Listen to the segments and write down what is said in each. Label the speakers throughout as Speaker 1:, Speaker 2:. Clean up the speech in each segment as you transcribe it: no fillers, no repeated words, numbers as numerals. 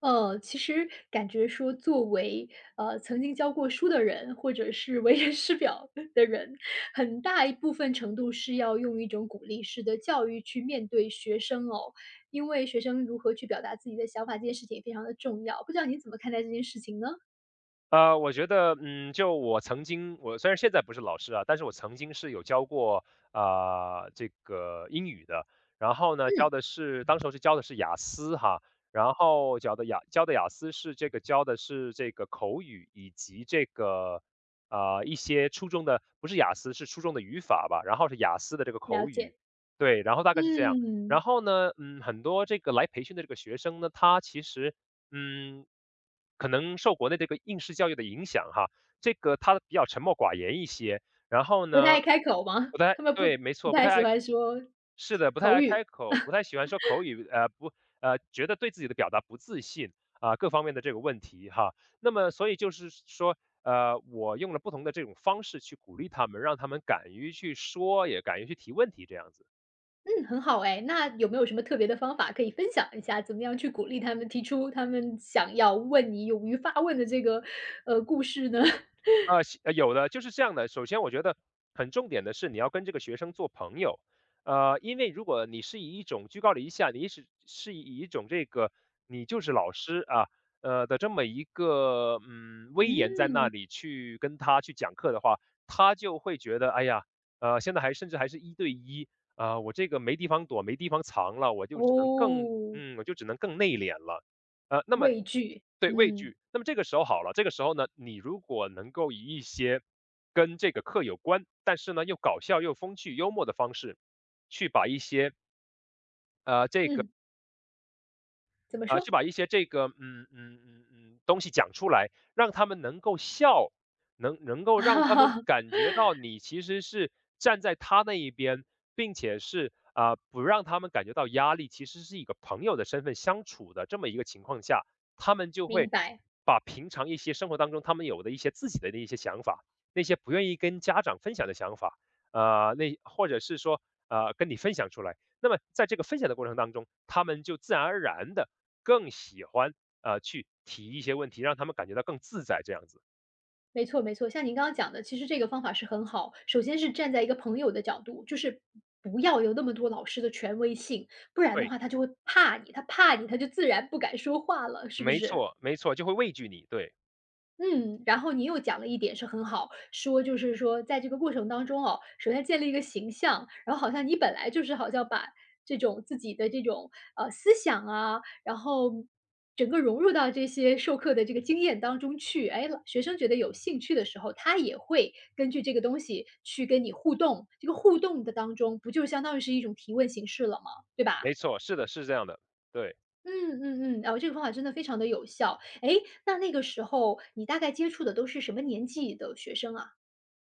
Speaker 1: 其实感觉说作为，曾经教过书的人，或者是为人师表 的人，很大一部分程度是要用一种鼓励式的教育去面对学生哦。因为学生如何去表达自己的想法，这件事情也非常的重要，不知道您怎么看待这件事情呢？
Speaker 2: 我觉得，就我曾经，我虽然现在不是老师啊，但是我曾经是有教过，这个英语的。然后呢，
Speaker 1: 嗯，
Speaker 2: 教的是当时候是教的是雅思哈，然后教的是这个口语以及这个，一些初中的不是雅思是初中的语法吧，然后是雅思的这个
Speaker 1: 了
Speaker 2: 口语。
Speaker 1: 解。
Speaker 2: 对，然后大概是这样。
Speaker 1: 嗯，
Speaker 2: 然后呢，很多这个来培训的这个学生呢，他其实嗯，可能受国内这个应试教育的影响哈，这个他比较沉默寡言一些，然后
Speaker 1: 不太
Speaker 2: 呢，
Speaker 1: 爱开口吗？
Speaker 2: 不太
Speaker 1: 他们不
Speaker 2: 对，没
Speaker 1: 不
Speaker 2: 错，不
Speaker 1: 太
Speaker 2: 太
Speaker 1: 喜
Speaker 2: 爱
Speaker 1: 欢说
Speaker 2: 是的，不太
Speaker 1: 口
Speaker 2: 爱
Speaker 1: 语。
Speaker 2: 开口，不太喜欢说口语，呃，不，呃，觉得对自己的表达不自信啊，各方面的这个问题哈。那么所以就是说，我用了不同的这种方式去鼓励他们，让他们敢于去说，也敢于去提问题这样子。
Speaker 1: 嗯，很好哎，那有没有什么特别的方法可以分享一下？怎么样去鼓励他们提出他们想要问你勇于发问的这个，故事呢？
Speaker 2: 有的，就是这样的。首先我觉得很重点的是你要跟这个学生做朋友。因为如果你是以一种居高临下，你是以一种这个你就是老师啊，的这么一个威严在
Speaker 1: 嗯，
Speaker 2: 那里去跟他去讲课的话，他就会觉得哎呀，现在还甚至还是一对一啊、我这个没地方躲，没地方藏了，
Speaker 1: 哦，
Speaker 2: 我就只能更内敛了。呃，那么
Speaker 1: 畏惧，
Speaker 2: 对，畏
Speaker 1: 嗯，
Speaker 2: 惧。那么这个时候好了，这个时候呢，你如果能够以一些跟这个课有关，但是呢又搞笑又风趣幽默的方式，去把一些
Speaker 1: 嗯，怎么说？
Speaker 2: 去把一些这个，东西讲出来，让他们能够笑，能够 让
Speaker 1: 哈
Speaker 2: 他们
Speaker 1: 哈，
Speaker 2: 感觉到你其实是站在他那一边，并且是不让他们感觉到压力，其实是一个朋友的身份相处的这么一个情况下，他们就
Speaker 1: 明
Speaker 2: 会
Speaker 1: 白，
Speaker 2: 把平常一些生活当中他们有的一些自己的那些想法，那些不愿意跟家长分享的想法，那或者是说跟你分享出来。那么在这个分享的过程当中，他们就自然而然的更喜欢去提一些问题，让他们感觉到更自在这样子。
Speaker 1: 没错没错，像您刚刚讲的，其实这个方法是很好。首先是站在一个朋友的角度，就是不要有那么多老师的权威性，不然的
Speaker 2: 对，
Speaker 1: 话他就会怕你，他怕你，他就自然不敢说话了，是不
Speaker 2: 没
Speaker 1: 是？
Speaker 2: 错，没错，就会畏惧你。对，
Speaker 1: 嗯，然后你又讲了一点是很好，说就是说在这个过程当中哦，首先建立一个形象，然后好像你本来就是好像把这种自己的这种，思想啊，然后整个融入到这些授课的这个经验当中去。哎，老学生觉得有兴趣的时候，他也会根据这个东西去跟你互动，这个互动的当中不就相当于是一种提问形式了吗？对吧？
Speaker 2: 没错，是的，是这样的。对。
Speaker 1: 嗯嗯嗯，哦，这个方法真的非常的有效。哎，那个时候你大概接触的都是什么年纪的学生啊？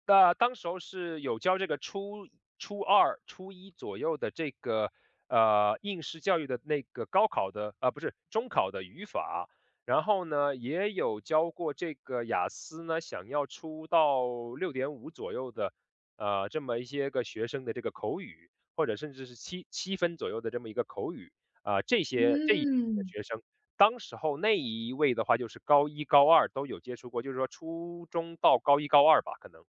Speaker 2: 那当时候是有教这个初二、初一左右的这个，应试教育的那个高考的啊，不是，中考的语法。然后呢，也有教过这个雅思呢，想要出到6.5左右的，这么一些个学生的这个口语，或者甚至是七分左右的这么一个口语。这些这一类的
Speaker 1: 嗯。
Speaker 2: 学生，当时候那一位的话就是高一、高二都有接触过，就是说初中到高一、高二吧，可能。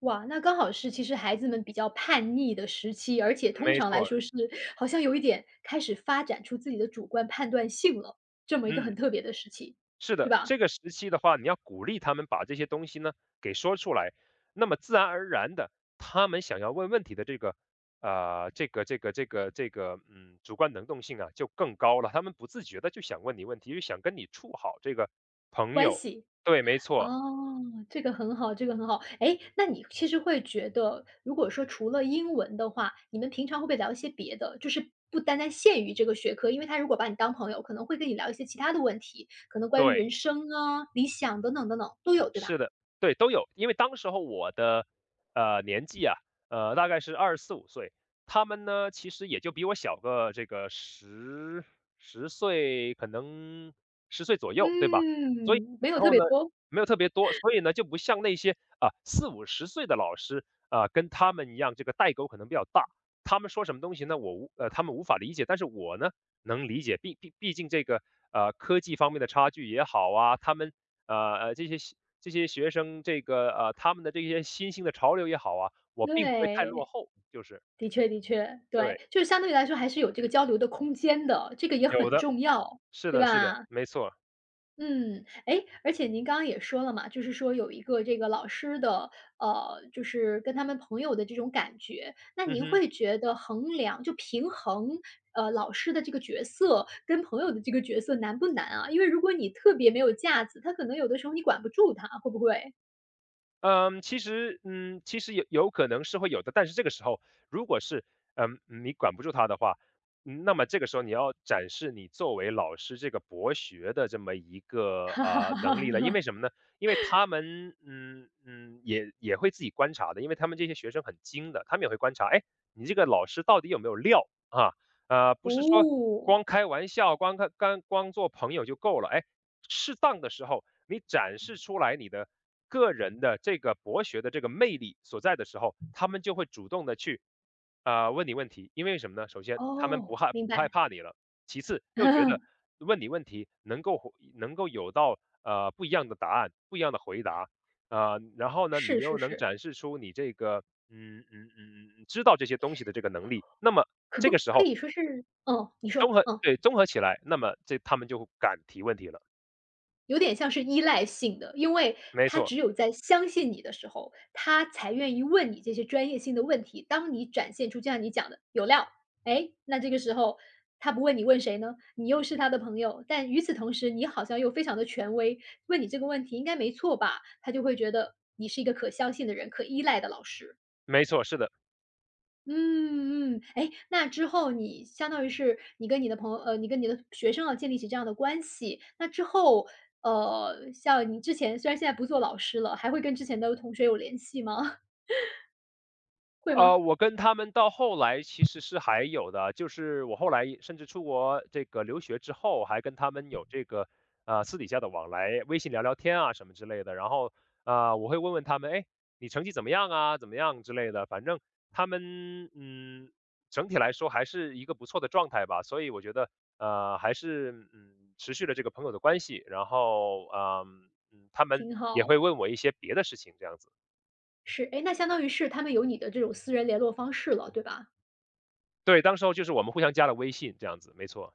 Speaker 1: 哇，那刚好是其实孩子们比较叛逆的时期，而且通
Speaker 2: 没
Speaker 1: 常来
Speaker 2: 错
Speaker 1: 说
Speaker 2: 儿
Speaker 1: 是好像有一点开始发展出自己的主观判断性了，这么一个很
Speaker 2: 嗯，
Speaker 1: 特别的时期，
Speaker 2: 是
Speaker 1: 对
Speaker 2: 的，这
Speaker 1: 吧？
Speaker 2: 个时期的话，你要鼓励他们把这些东西呢给说出来，那么自然而然的，他们想要问问题的主观能动性啊就更高了，他们不自觉的就想问你问题，就想跟你处好这个朋
Speaker 1: 关
Speaker 2: 友。
Speaker 1: 系。
Speaker 2: 对，没错，
Speaker 1: 哦，这个很好，这个很好。哎，那你其实会觉得，如果说除了英文的话，你们平常会不会聊一些别的？就是不单单限于这个学科，因为他如果把你当朋友，可能会跟你聊一些其他的问题，可能关于
Speaker 2: 对。
Speaker 1: 人生啊、理想等等等等都有，对吧？
Speaker 2: 是的，对，都有。因为当时候我的，年纪啊，大概是二十四五岁，他们呢，其实也就比我小个这个十岁，可能十岁左右，对吧？所以
Speaker 1: 嗯，
Speaker 2: 那
Speaker 1: 没
Speaker 2: 时
Speaker 1: 有特
Speaker 2: 候
Speaker 1: 别
Speaker 2: 呢，
Speaker 1: 多。
Speaker 2: 没有特别多，所以呢，就不像那些，四五十岁的老师，跟他们一样，这个代沟可能比较大。他们说什么东西呢，我无呃，他们无法理解，但是我呢，能理解。毕竟这个，科技方面的差距也好啊，他们呃呃，这些西这些学生，他们的这些新兴的潮流也好啊，我并不会太落
Speaker 1: 对，
Speaker 2: 后，就是。
Speaker 1: 的确的确，对，
Speaker 2: 对，
Speaker 1: 就是相对来说还是有这个交流的空间的，这个也
Speaker 2: 有
Speaker 1: 很
Speaker 2: 的，
Speaker 1: 重要，
Speaker 2: 是
Speaker 1: 对
Speaker 2: 的是的，
Speaker 1: 吧？
Speaker 2: 没错，
Speaker 1: 嗯，哎，而且您刚刚也说了嘛，就是说有一个这个老师的，就是跟他们朋友的这种感觉，那
Speaker 2: 嗯
Speaker 1: 您
Speaker 2: 哼。
Speaker 1: 会觉得衡量就平衡，老师的这个角色跟朋友的这个角色难不难啊？因为如果你特别没有架子，他可能有的时候你管不住他，会不会？
Speaker 2: 嗯，其实其实有可能是会有的，但是这个时候，如果是你管不住他的话，那么这个时候你要展示你作为老师这个博学的这么一个能力了，因 为什么呢？因为他们也会自己观察的，因为他们这些学生很精的，他们也会观察，哎，你这个老师到底有没有料啊？不是说
Speaker 1: 哦，
Speaker 2: 光开玩笑、光看、干、光做朋友就够了，哎，适当的时候。你展示出来你的个人的这个博学的这个魅力所在的时候，他们就会主动的去，问你问题。因为什么呢？首先，他们
Speaker 1: 哦，明
Speaker 2: 不害
Speaker 1: 白，
Speaker 2: 怕你了；其次，又觉得 问你问题能够有到不一样的答案、不一样的回答，然后呢，你
Speaker 1: 是是
Speaker 2: 又能
Speaker 1: 是，
Speaker 2: 展示出你这个知道这些东西的这个能力，那么
Speaker 1: 可
Speaker 2: 这
Speaker 1: 不
Speaker 2: 个时
Speaker 1: 可
Speaker 2: 候
Speaker 1: 以说是嗯，你说，嗯。
Speaker 2: 综合起来，那么他们就敢提问题了。
Speaker 1: 有点像是依赖性的，因为
Speaker 2: 没
Speaker 1: 他
Speaker 2: 错，
Speaker 1: 只有在相信你的时候，他才愿意问你这些专业性的问题。当你展现出就像你讲的有料，哎，那这个时候他不问你问谁呢？你又是他的朋友，但与此同时，你好像又非常的权威，问你这个问题应该没错吧？他就会觉得你是一个可相信的人，可依赖的老师。
Speaker 2: 没错，是的。
Speaker 1: 嗯嗯，哎，那之后你相当于是你跟你的学生要建立起这样的关系，那之后，像你之前虽然现在不做老师了，还会跟之前的同学有联系吗？会吗？
Speaker 2: 我跟他们到后来其实是还有的，就是我后来甚至出国这个留学之后，还跟他们有这个私底下的往来，微信聊聊天啊什么之类的。然后我会问问他们，哎，你成绩怎么样啊？怎么样之类的。反正他们整体来说还是一个不错的状态吧。所以我觉得还是持续了这个朋友的关系。然后他们
Speaker 1: 挺
Speaker 2: 也会
Speaker 1: 好，
Speaker 2: 问我一些别的事情，这样子。
Speaker 1: 是，哎，那相当于是他们有你的这种私人联络方式了，对吧？
Speaker 2: 对，当时候就是我们互相加了微信，这样子，没错。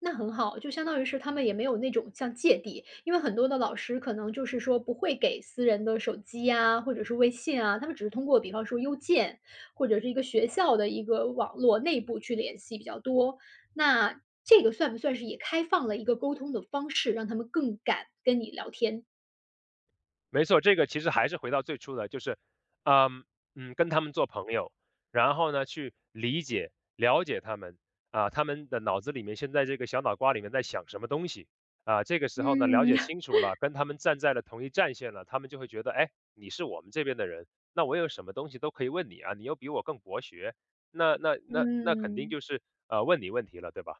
Speaker 1: 那很好，就相当于是他们也没有那种像芥蒂，因为很多的老师可能就是说不会给私人的手机呀，或者是微信啊，他们只是通过比方说邮件，或者是一个学校的一个网络内部去联系比较多。那这个算不算是也开放了一个沟通的方式，让他们更敢跟你聊天？
Speaker 2: 没错，这个其实还是回到最初的，就是，嗯跟他们做朋友，然后呢，去理解、了解他们啊，他们的脑子里面现在这个小脑瓜里面在想什么东西啊，这个时候呢，了
Speaker 1: 嗯
Speaker 2: 解 清楚了，跟他们站在了同一战线了，他们就会觉得，哎，你是我们这边的人，那我有什么东西都可以问你啊，你又比我更博学，那肯定
Speaker 1: 嗯。
Speaker 2: 就是问你问题了，对吧？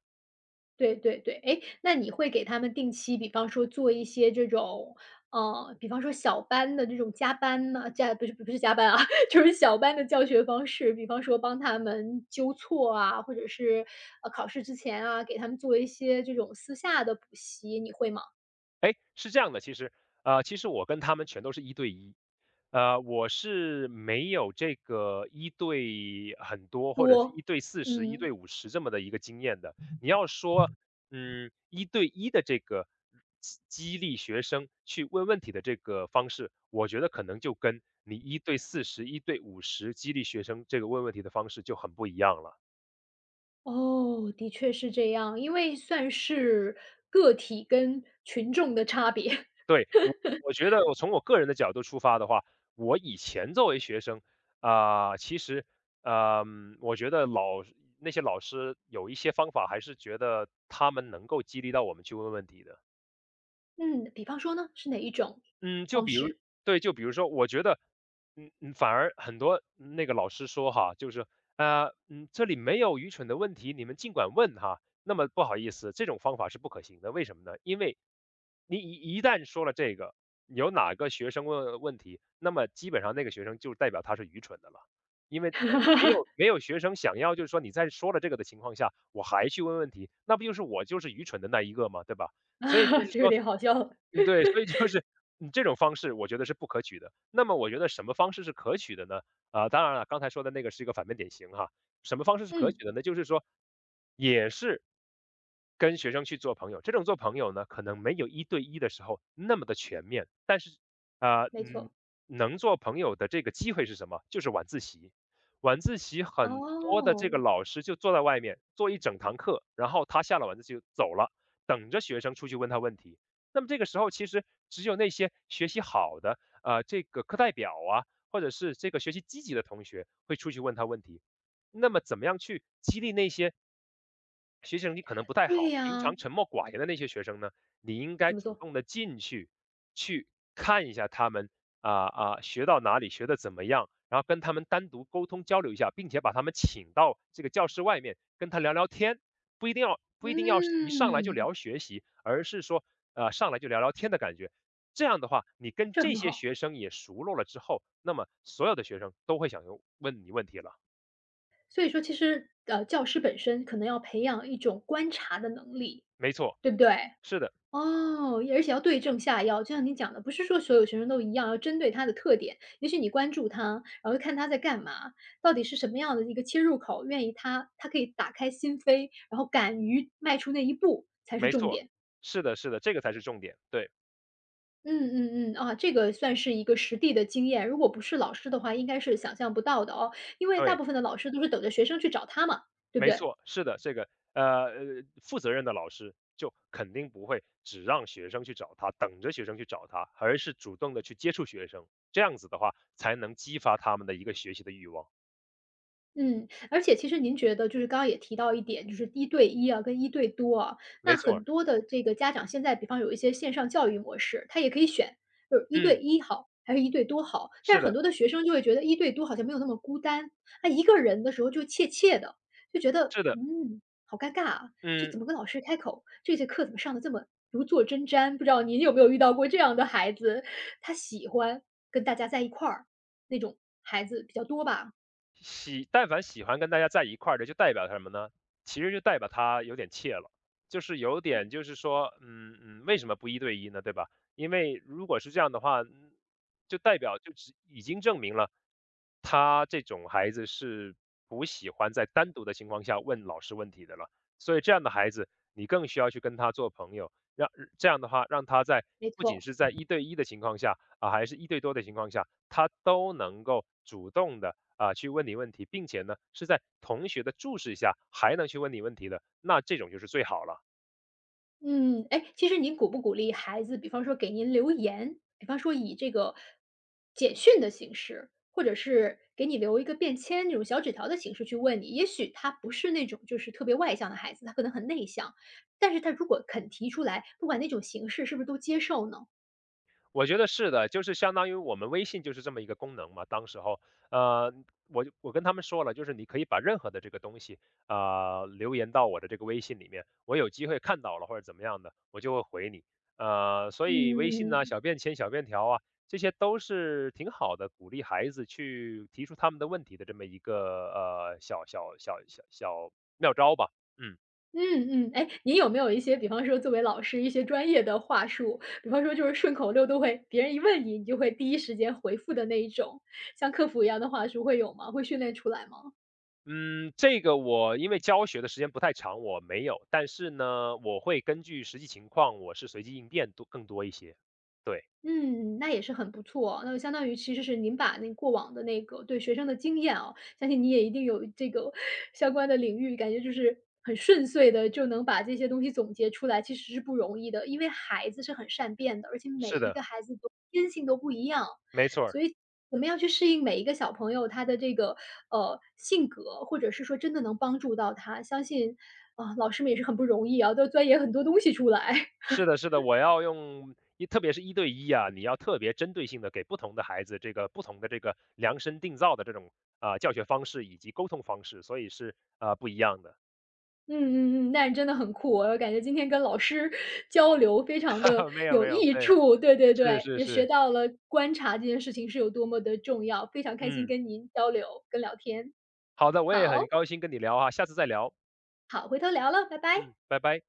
Speaker 1: 对对对，哎，那你会给他们定期，比方说做一些这种，比方说小班的这种加班呢，不是不是加班啊，就是小班的教学方式，比方说帮他们纠错啊，或者是，考试之前啊，给他们做一些这种私下的补习，你会吗？
Speaker 2: 哎，是这样的，其实，我跟他们全都是一对一，我是没有这个一对很多或者是
Speaker 1: 多，
Speaker 2: 一对四十、一
Speaker 1: 嗯，
Speaker 2: 对五十这么的一个经验的。你要说，一对一的这个激励学生去问问题的这个方式，我觉得可能就跟你一对四十、一对五十激励学生这个问问题的方式就很不一样了。
Speaker 1: 哦，的确是这样，因为算是个体跟群众的差别。
Speaker 2: 对，我觉得我从我个人的角度出发的话，我以前作为学生，其实，我觉得那些老师有一些方法，还是觉得他们能够激励到我们去问问题的。
Speaker 1: 嗯，比方说呢，是哪一种
Speaker 2: 嗯，就
Speaker 1: 方
Speaker 2: 比如
Speaker 1: 式？
Speaker 2: 对，就比如说，我觉得，反而很多那个老师说哈，就是，这里没有愚蠢的问题，你们尽管问哈。那么不好意思，这种方法是不可行的，为什么呢？因为你一旦说了这个，有哪个学生问问题，那么基本上那个学生就代表他是愚蠢的了，因为没有学生想要就是说你在说了这个的情况下，我还去问问题，那不就是我就是愚蠢的那一个嘛，对吧？所以就
Speaker 1: 啊？
Speaker 2: 是
Speaker 1: 这有
Speaker 2: 说，
Speaker 1: 点好笑了。
Speaker 2: 嗯，对，所以就是你这种方式我觉得是不可取的。那么我觉得什么方式是可取的呢？啊，当然了，刚才说的那个是一个反面典型哈。什么方式是可
Speaker 1: 嗯，
Speaker 2: 取的呢？就是说，也是跟学生去做朋友，这种做朋友呢，可能没有一对一的时候那么的全面，但是，呃，
Speaker 1: 没
Speaker 2: 嗯，
Speaker 1: 错。
Speaker 2: 能做朋友的这个机会是什么？就是晚自习。晚自习很多的
Speaker 1: 哦，
Speaker 2: 这个老师就坐在外面做一整堂课，然后他下了晚自习就走了，等着学生出去问他问题。那么这个时候，其实只有那些学习好的，这个课代表啊，或者是这个学习积极的同学会出去问他问题。那么怎么样去激励那些学习成绩可能不太
Speaker 1: 对
Speaker 2: 好，平
Speaker 1: 呀，
Speaker 2: 常沉默寡言的那些学生呢，你应该
Speaker 1: 怎么
Speaker 2: 主
Speaker 1: 做？
Speaker 2: 动的进去，去看一下他们学到哪里，学的怎么样，然后跟他们单独沟通交流一下，并且把他们请到这个教室外面跟他聊聊天，不一定要一上来就
Speaker 1: 嗯。
Speaker 2: 聊学习，而是说上来就聊聊天的感觉。这样的话，你跟
Speaker 1: 这
Speaker 2: 这
Speaker 1: 很
Speaker 2: 些
Speaker 1: 好。
Speaker 2: 学生也熟络了之后，那么所有的学生都会想问你问题了。
Speaker 1: 所以说其实，教师本身可能要培养一种观察的能力，
Speaker 2: 没错，
Speaker 1: 对不对？
Speaker 2: 是的。
Speaker 1: 哦，而且要对症下药，就像你讲的，不是说所有学生都一样，要针对他的特点。也许你关注他，然后看他在干嘛，到底是什么样的一个切入口，愿意他可以打开心扉，然后敢于迈出那一步才是
Speaker 2: 没
Speaker 1: 重
Speaker 2: 错，
Speaker 1: 点。
Speaker 2: 是的是的，这个才是重点。对
Speaker 1: 嗯嗯嗯，啊，这个算是一个实地的经验，如果不是老师的话，应该是想象不到的哦，因为大
Speaker 2: 对，
Speaker 1: 部分的老师都是等着学生去找他嘛，对不
Speaker 2: 没
Speaker 1: 对？
Speaker 2: 错，是的，这个负责任的老师就肯定不会只让学生去找他，等着学生去找他，而是主动的去接触学生，这样子的话才能激发他们的一个学习的欲望。
Speaker 1: 嗯，而且其实您觉得就是刚刚也提到一点，就是一对一啊，跟一对多啊，
Speaker 2: 没
Speaker 1: 那
Speaker 2: 错
Speaker 1: 很多的这个家长现在比方有一些线上教育模式，他也可以选，就是一对
Speaker 2: 嗯，
Speaker 1: 一好，还是一对多好。但
Speaker 2: 是
Speaker 1: 是很
Speaker 2: 的
Speaker 1: 多的学生就会觉得一对多好像没有那么孤单，他一个人的时候就怯怯的，就觉得
Speaker 2: 是的，
Speaker 1: 好尴尬啊，就
Speaker 2: 嗯。
Speaker 1: 怎么跟老师开口？这节课怎么上的这么如坐针毡？不知道您有没有遇到过这样的孩子，他喜欢跟大家在一块儿，那种孩子比较多吧？
Speaker 2: 但凡喜欢跟大家在一块儿的，就代表什么呢？其实就代表他有点怯了，就是有点就是说，为什么不一对一呢？对吧？因为如果是这样的话，就代表就是已经证明了他这种孩子是不喜欢在单独的情况下问老师问题的了。所以这样的孩子，你更需要去跟他做朋友，这样的话让他在
Speaker 1: 没
Speaker 2: 不仅
Speaker 1: 错。
Speaker 2: 是在一对一的情况下啊，还是一对多的情况下，他都能够主动的。去问你问题，并且呢是在同学的注视下还能去问你问题的，那这种就是最好了。
Speaker 1: 嗯，哎，其实您鼓不鼓励孩子，比方说给您留言，比方说以这个简讯的形式，或者是给你留一个便签那种小纸条的形式去问你。也许他不是那种就是特别外向的孩子，他可能很内向，但是他如果肯提出来，不管那种形式是不是都接受呢？
Speaker 2: 我觉得是的，就是相当于我们微信就是这么一个功能嘛。当时候，呃，我跟他们说了，就是你可以把任何的这个东西，留言到我的这个微信里面，我有机会看到了或者怎么样的，我就会回你。所以微信呢，
Speaker 1: 嗯。
Speaker 2: 小便签、小便条啊，这些都是挺好的，鼓励孩子去提出他们的问题的这么一个小妙招吧。嗯。
Speaker 1: 嗯嗯，哎，你有没有一些，比方说作为老师一些专业的话术，比方说就是顺口溜都会，别人一问你，你就会第一时间回复的那一种，像客服一样的话术会有吗？会训练出来吗？
Speaker 2: 嗯，这个我因为教学的时间不太长，我没有，但是呢，我会根据实际情况，我是随机应变多更多一些。对，
Speaker 1: 嗯，那也是很不错哦那就相当于其实是您把那过往的那个对学生的经验啊，相信你也一定有这个相关的领域，感觉就是很顺遂的就能把这些东西总结出来，其实是不容易的。因为孩子是很善变的，而且每
Speaker 2: 是
Speaker 1: 一个
Speaker 2: 的，
Speaker 1: 孩子都天性都不一样，
Speaker 2: 没错儿，
Speaker 1: 所以怎么样去适应每一个小朋友他的这个，性格，或者是说真的能帮助到他，相信，啊，老师们也是很不容易啊，都钻研很多东西出来。
Speaker 2: 是的，是的，我要用一，特别是一对一啊，你要特别针对性的给不同的孩子这个不同的这个量身定造的这种教学方式以及沟通方式，所以是不一样的。
Speaker 1: 嗯嗯嗯，那你真的很酷，我感觉今天跟老师 交流非常的
Speaker 2: 没有
Speaker 1: 有
Speaker 2: 没有，
Speaker 1: 益
Speaker 2: 对，
Speaker 1: 处，对对
Speaker 2: 是
Speaker 1: 对，
Speaker 2: 是
Speaker 1: 也学
Speaker 2: 是，
Speaker 1: 到了观察这件事情是有多么的重要，非常开心
Speaker 2: 嗯，
Speaker 1: 跟您交流跟聊天。
Speaker 2: 好的，我也
Speaker 1: 好，
Speaker 2: 很高兴跟你聊啊，下次再聊，
Speaker 1: 好，回头聊了，拜拜。
Speaker 2: 嗯，拜拜。